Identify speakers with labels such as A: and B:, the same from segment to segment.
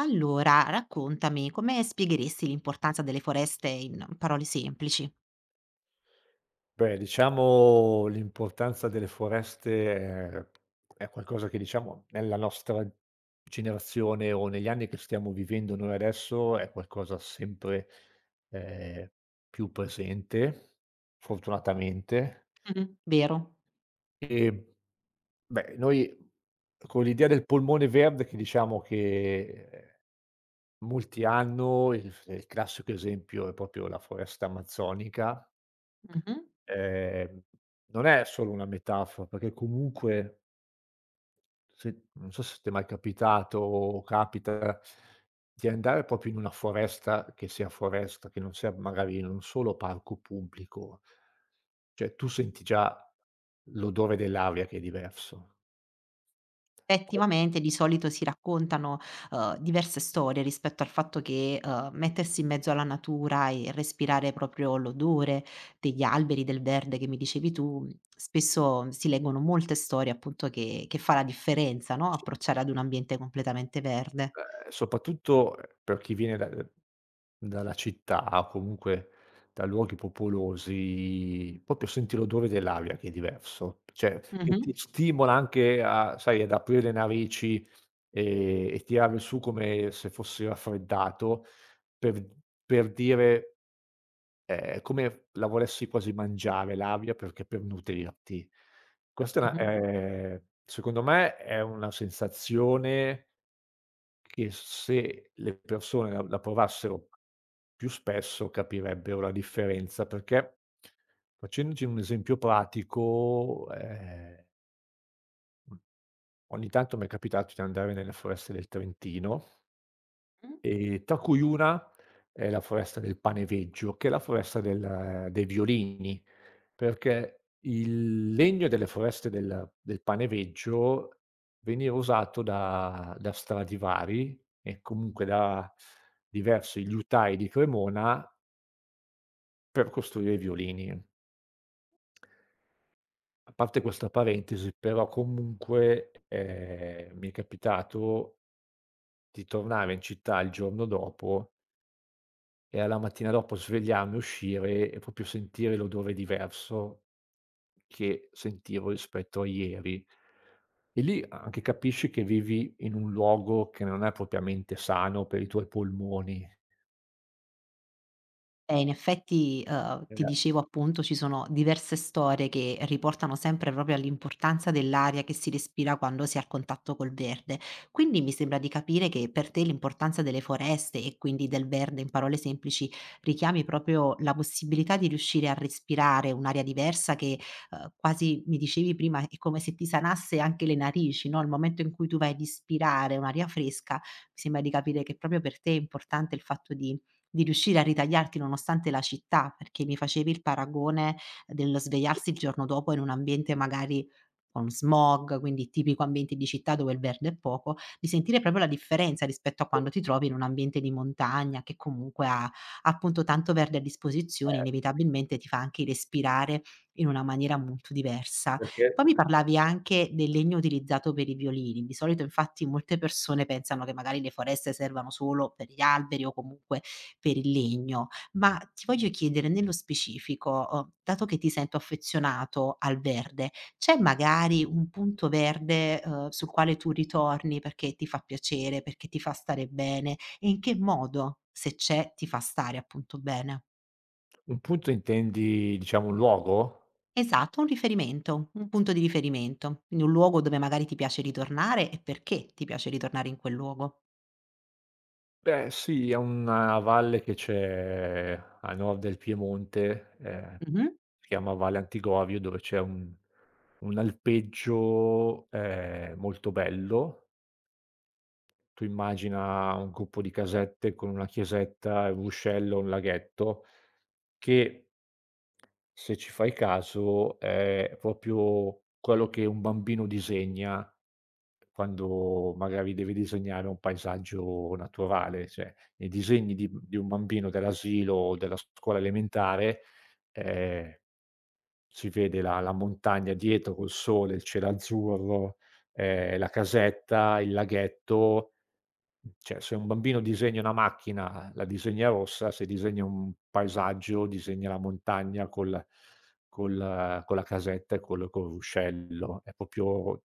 A: Allora, raccontami, come spiegheresti l'importanza delle foreste in parole semplici?
B: Beh, diciamo l'importanza delle foreste è qualcosa che, diciamo, nella nostra generazione o negli anni che stiamo vivendo noi adesso è qualcosa sempre, ehm, più presente, fortunatamente.
A: Mh-mh. Vero.
B: E, beh, noi con l'idea del polmone verde che diciamo che, molti hanno, il classico esempio è proprio la foresta amazzonica.
A: Mh-mh.
B: Ehm, Non è solo una metafora, perché comunque se non so se ti è mai capitato o capita di andare proprio in una foresta che sia foresta, che non sia magari non solo parco pubblico, cioè tu senti già l'odore dell'aria che è diverso.
A: Effettivamente di solito si raccontano, diverse storie rispetto al fatto che, mettersi in mezzo alla natura e respirare proprio l'odore degli alberi, del verde che mi dicevi tu, spesso si leggono molte storie appunto che fa la differenza, no, approcciare ad un ambiente completamente verde.
B: Soprattutto, per chi viene da dalla città o comunque da luoghi popolosi, proprio senti l'odore dell'aria che è diverso, cioè che
A: Mh-mh,
B: ti stimola anche a, sai, ad aprire le narici, e tirarle su come se fossi raffreddato, per per dire, è come la volessi quasi mangiare l'aria perché per nutrirti. Questa è
A: mh-mh,
B: una, secondo me è una sensazione che se le persone la provassero più spesso capirebbero la differenza, perché facendoci un esempio pratico, mhmm, ogni tanto m'è capitato di andare nelle foreste del Trentino,
A: mh.
B: e tra cui una è la foresta del Paneveggio, che è la foresta del dei violini. Perché il legno delle foreste del Paneveggio veniva usato da Stradivari e comunque da diversi liutai di Cremona per costruire i violini. A parte questa parentesi, però comunque, mi è capitato di tornare in città il giorno dopo e alla mattina dopo svegliarmi, uscire e proprio sentire l'odore diverso che sentivo rispetto a ieri. E lì a anche capisci che vivi in un luogo che non è propriamente sano per i tuoi polmoni,
A: In effetti,
B: eh,
A: ti dicevo appunto ci sono diverse storie che riportano sempre proprio all'importanza dell'aria che si respira quando si è al contatto col verde. Quindi mi sembra di capire che per te l'importanza delle foreste e quindi del verde in parole semplici, richiami proprio la possibilità di riuscire a respirare un'aria diversa che, quasi mi dicevi prima è come se ti sanasse anche le narici, no, il momento in cui tu vai ad ispirare un'aria fresca, mi sembra di capire che proprio per te è importante il fatto di riuscire a ritagliarti nonostante la città, perché mi facevi il paragone dello svegliarsi il giorno dopo in un ambiente magari con smog, quindi tipico ambiente di città dove il verde è poco, di sentire proprio la differenza rispetto a quando ti trovi in un ambiente di montagna che comunque ha appunto tanto verde a disposizione, inevitabilmente ti fa anche respirare in una maniera molto diversa.
B: perché
A: Poi mi parlavi anche del legno utilizzato per i violini. Di solito infatti molte persone pensano che magari le foreste servano solo per gli alberi o comunque per il legno. Ma ti voglio chiedere nello specifico, dato che ti sento affezionato al verde, c'è magari un punto verde, sul quale tu ritorni perché ti fa piacere, perché ti fa stare bene e in che modo, se c'è, ti fa stare appunto bene?
B: un punto intendi, diciamo, un luogo?
A: Esatto, un riferimento, un punto di riferimento, quindi un luogo dove magari ti piace ritornare e perché ti piace ritornare in quel luogo.
B: Beh sì, è una valle che c'è a nord del Piemonte,
A: Mh-mh.
B: si chiama Valle Antigovio, dove c'è un alpeggio, molto bello. Tu immagina un gruppo di casette con una chiesetta, un ruscello, un laghetto, che se ci fai caso è proprio quello che un bambino disegna quando magari deve disegnare un paesaggio naturale, cioè i disegni di un bambino dell'asilo o della scuola elementare, ehm, si vede la montagna dietro col sole, il cielo azzurro, la casetta, il laghetto. Cioè, se un bambino disegna una macchina, la disegna rossa, se disegna un paesaggio, disegna la montagna col col con la casetta e col ruscello. È proprio,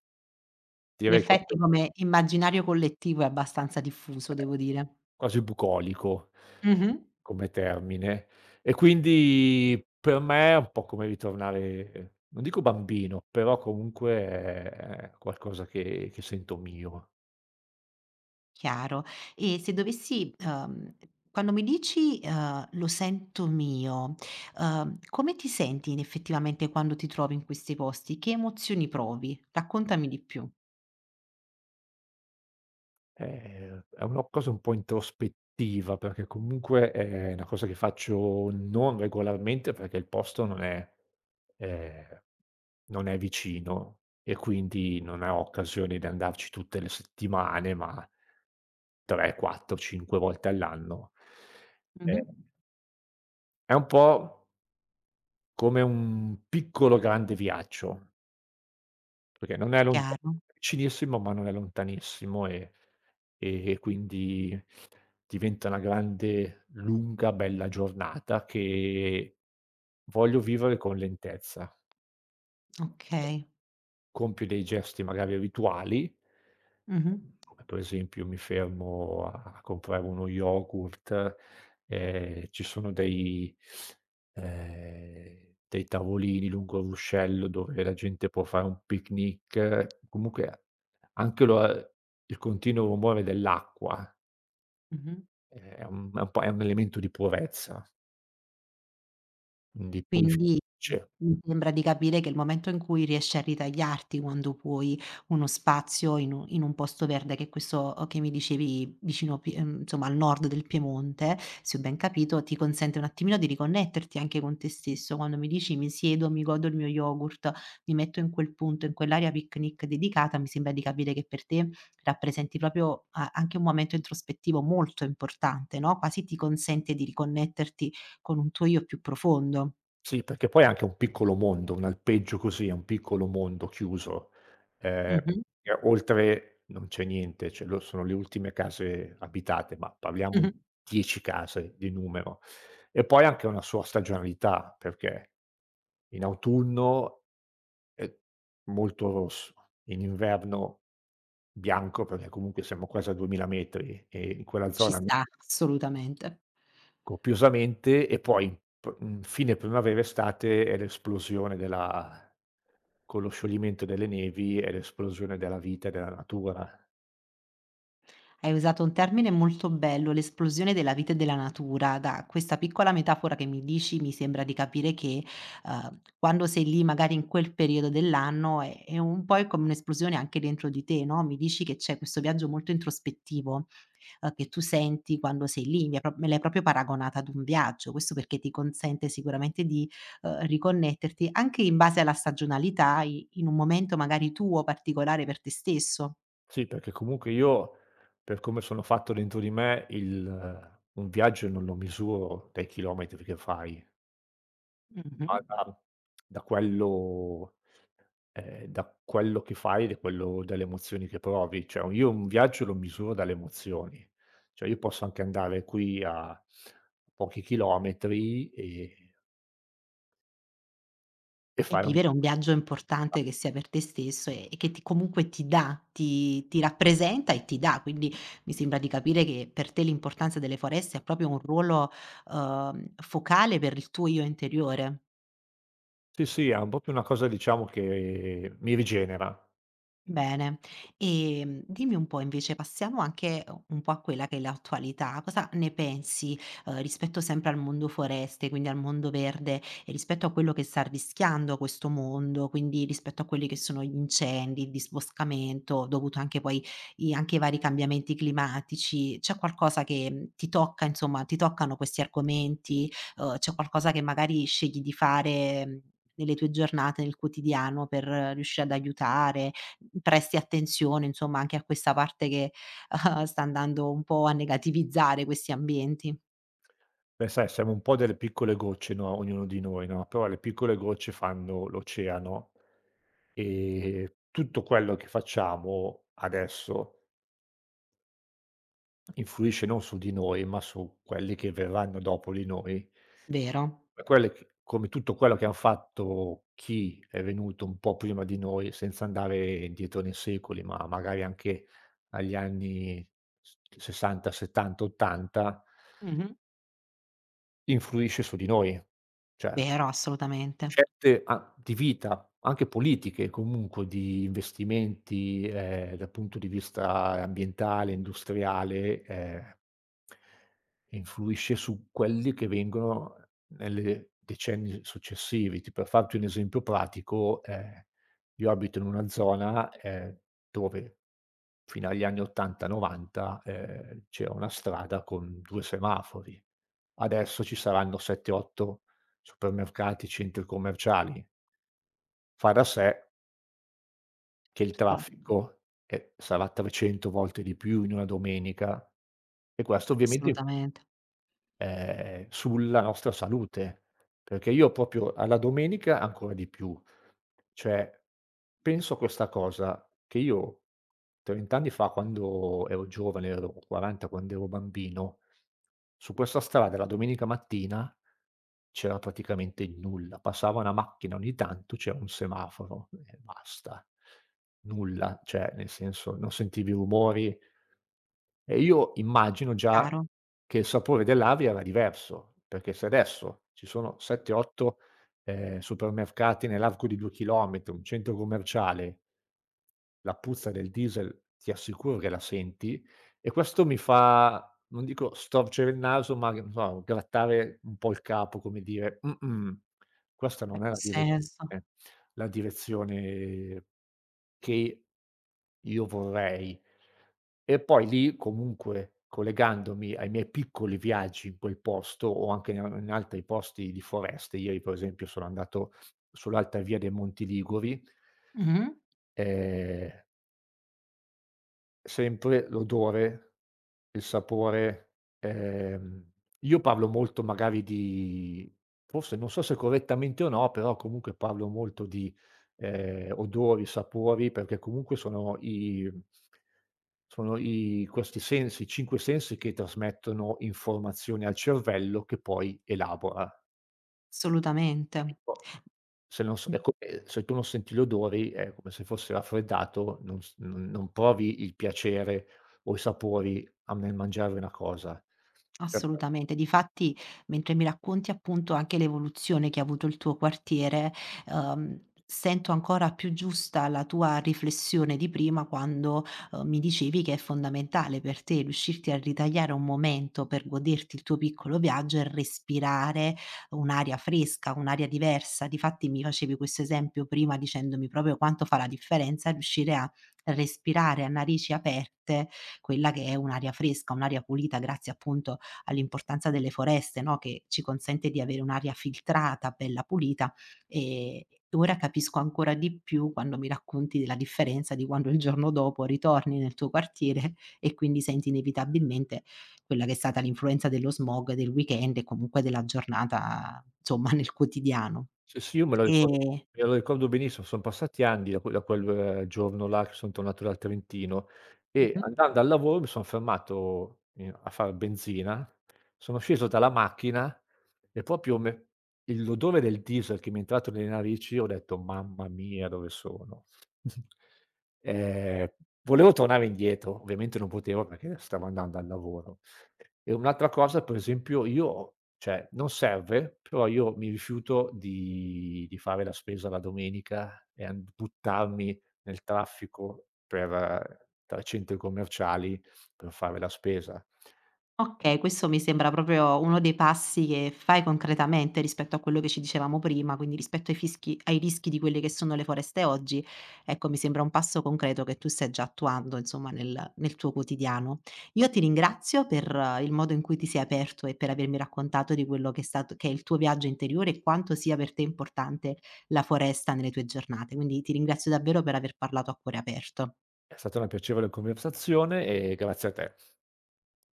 A: In
B: direi,
A: effetti
B: quasi
A: come immaginario collettivo è abbastanza diffuso, devo dire.
B: quasi bucolico
A: Mh-mh.
B: come termine. E quindi per me è un po' come ritornare, non dico bambino, però comunque è qualcosa che sento mio.
A: Chiaro. E se dovessi quando mi dici, "Lo sento mio", come ti senti in effettivamente quando ti trovi in questi posti? Che emozioni provi? Raccontami di più.
B: È una cosa un po' introspettiva, perché comunque è una cosa che faccio non regolarmente, perché il posto non è, ehm, non è vicino e quindi non ho occasione di andarci tutte le settimane, ma 3, 4, 5 volte all'anno.
A: Mh-mh.
B: Ehm, è un po' come un piccolo grande viaggio. Perché non è lonta
A: Chiaro,
B: vicinissimo, ma non è lontanissimo e quindi diventa una grande, lunga, bella giornata che voglio vivere con lentezza.
A: okay.
B: Compio dei gesti magari rituali,
A: Mh-mh.
B: come per esempio mi fermo a comprare uno yogurt, ci sono dei, dei tavolini lungo il ruscello dove la gente può fare un picnic, comunque anche lo il continuo rumore dell'acqua,
A: Mh-mh.
B: è un elemento di purezza, quindi
A: Quindi, mhmm,
B: purifici.
A: mi sembra di capire che il momento in cui riesci a ritagliarti quando puoi uno spazio in u in un posto verde, che è questo che mi dicevi vicino Pie insomma al nord del Piemonte, se ho ben capito, ti consente un attimino di riconnetterti anche con te stesso. Quando mi dici: "Mi siedo, mi godo il mio yogurt, mi metto in quel punto, in quell'area picnic dedicata", mi sembra di capire che per te rappresenti proprio a anche un momento introspettivo molto importante, no, quasi ti consente di riconnetterti con un tuo io più profondo.
B: Sì, perché poi è anche un piccolo mondo, un alpeggio così è un piccolo mondo chiuso. Ehm,
A: Mh-mh,
B: e oltre non c'è niente, cioè lo sono le ultime case abitate, ma parliamo
A: mh-mh.
B: di 10 case di numero. E poi anche una sua stagionalità, perché in autunno è molto rosso, in inverno bianco, perché comunque siamo quasi a 2000 metri e in quella
A: Ci
B: zona
A: sta, assolutamente.
B: copiosamente, e poi fine primavera-estate è l'esplosione della, con lo scioglimento delle nevi è l'esplosione della vita e della natura.
A: Hai usato un termine molto bello, l'esplosione della vita e della natura. Da questa piccola metafora che mi dici, mi sembra di capire che, quando sei lì magari in quel periodo dell'anno è un po', è come un'esplosione anche dentro di te, no, mi dici che c'è questo viaggio molto introspettivo. Che tu senti quando sei lì. Mi hai pro Me l'hai proprio paragonata ad un viaggio. Questo perché ti consente sicuramente di, riconnetterti anche in base alla stagionalità i in un momento magari tuo particolare per te stesso.
B: Sì, perché comunque io, per come sono fatto dentro di me, il un viaggio non lo misuro dai chilometri che fai,
A: Mh-mh.
B: ma da quello da quello che fai, e da quello, dalle emozioni che provi. Cioè io un viaggio lo misuro dalle emozioni. Cioè io posso anche andare qui a pochi chilometri e
A: E
B: fare un...
A: vivere un viaggio importante che sia per te stesso e che ti, comunque ti dà, ti rappresenta e ti dà. Quindi mi sembra di capire che per te l'importanza delle foreste ha proprio un ruolo, focale per il tuo io interiore.
B: Sì, sì, è un, proprio una cosa diciamo che mi rigenera.
A: Bene, dimmi un po' invece, passiamo anche un po' a quella che è l'attualità, cosa ne pensi, rispetto sempre al mondo foreste, quindi al mondo verde e rispetto a quello che sta rischiando questo mondo, quindi rispetto a quelli che sono gli incendi, il disboscamento dovuto anche poi i anche ai vari cambiamenti climatici, c'è qualcosa che, ti tocca, insomma ti toccano questi argomenti? C'è qualcosa che magari scegli di fare, nelle tue giornate, nel quotidiano per riuscire ad aiutare, presti attenzione insomma anche a questa parte che, sta andando un po' a negativizzare questi ambienti.
B: Beh, sai, siamo un po' delle piccole gocce, no, ognuno di noi, no, però le piccole gocce fanno l'oceano, e tutto quello che facciamo adesso influisce non su di noi, ma su quelli che verranno dopo di noi.
A: Vero.
B: Ma quelle, c come tutto quello che han fatto chi è venuto un po' prima di noi, senza andare dietro nei secoli, ma magari anche agli anni s 60, 70, 80,
A: Mh-mh.
B: influisce su di noi. Cioè,
A: Vero, assolutamente.
B: scelte a di vita, anche politiche comunque, di investimenti, dal punto di vista ambientale, industriale, influisce su quelli che vengono nelle decenni successivi. Ti Per farti un esempio pratico, io abito in una zona, dove fino agli anni '80, '90, c'era una strada con 2 semafori. Adesso ci saranno 7, 8 supermercati, centri commerciali. Fa da sé che il
A: Certo,
B: traffico, sarà 300 volte di più in una domenica, e questo ovviamente,
A: assolutamente.
B: sulla nostra salute, perché io proprio alla domenica ancora di più. Cioè, penso a questa cosa, che io 30 anni fa quando ero giovane, ero 40 quando ero bambino, su questa strada la domenica mattina c'era praticamente il nulla. Passava una macchina ogni tanto, c'era un semaforo e basta. Nulla, cioè nel senso non sentivi rumori, e io immagino già
A: Chiaro,
B: che il sapore dell'aria era diverso, perché se adesso ci sono 7, 8, supermercati nell'arco di 2 chilometri, un centro commerciale, la puzza del diesel ti assicuro che la senti, e questo mi fa, non dico storcere il naso, ma che ne so, grattare un po' il capo, come dire: "Mh-mh, questa non è la
A: senso.
B: direzione, la direzione che io vorrei". E poi lì, comunque, collegandomi ai miei piccoli viaggi in quel posto o anche in altri posti di foreste, ieri per esempio sono andato sull'Alta Via dei Monti Liguri.
A: Mh-mh.
B: ehm Sempre l'odore, il sapore, ehm, io parlo molto magari di, forse non so se correttamente o no, però comunque parlo molto di, odori, sapori, perché comunque sono i, questi sensi, 5 sensi che trasmettono informazioni al cervello che poi elabora.
A: Assolutamente.
B: Ecco, se tu non senti gli odori è come se fosse raffreddato, non s non non provi il piacere o i sapori a nel mangiare una cosa. Cioè.
A: Assolutamente. Difatti, mentre mi racconti appunto anche l'evoluzione che ha avuto il tuo quartiere, ehm, sento ancora più giusta la tua riflessione di prima quando, mi dicevi che è fondamentale per te riuscirti a ritagliare un momento per goderti il tuo piccolo viaggio e respirare un'aria fresca, un'aria diversa. Difatti mi facevi questo esempio prima dicendomi proprio quanto fa la differenza riuscire a respirare a narici aperte quella che è un'aria fresca, un'aria pulita grazie appunto all'importanza delle foreste, no, che ci consente di avere un'aria filtrata, bella pulita, ehm, ora capisco ancora di più quando mi racconti della differenza di quando il giorno dopo ritorni nel tuo quartiere e quindi senti inevitabilmente quella che è stata l'influenza dello smog del weekend e comunque della giornata, insomma, nel quotidiano.
B: Sì, sì, io me lo ricordo
A: Ehm
B: me lo ricordo benissimo, son passati anni da quel, giorno là che son tornato dal Trentino, e
A: mh-mh.
B: andando al lavoro mi son fermato in a far benzina, sono sceso dalla macchina e proprio me il l'odore del diesel che mi è entrato nelle narici, ho detto: "Mamma mia, dove sono." Ehm, Volevo tornare indietro, ovviamente non potevo perché stavo andando al lavoro. E un'altra cosa, per esempio, io, cioè non serve, però io mi rifiuto di fare la spesa la domenica e an buttarmi nel traffico, per tra centri commerciali, per fare la spesa.
A: Okay, questo mi sembra proprio uno dei passi che fai concretamente rispetto a quello che ci dicevamo prima, quindi rispetto ai fischi ai rischi di quelle che sono le foreste oggi, ecco mi sembra un passo concreto che tu stai già attuando insomma nel tuo quotidiano. Io ti ringrazio per il modo in cui ti sei aperto e per avermi raccontato di quello che è il tuo viaggio interiore e quanto sia per te importante la foresta nelle tue giornate, quindi ti ringrazio davvero per aver parlato a cuore aperto.
B: È stata una piacevole conversazione, e grazie a te.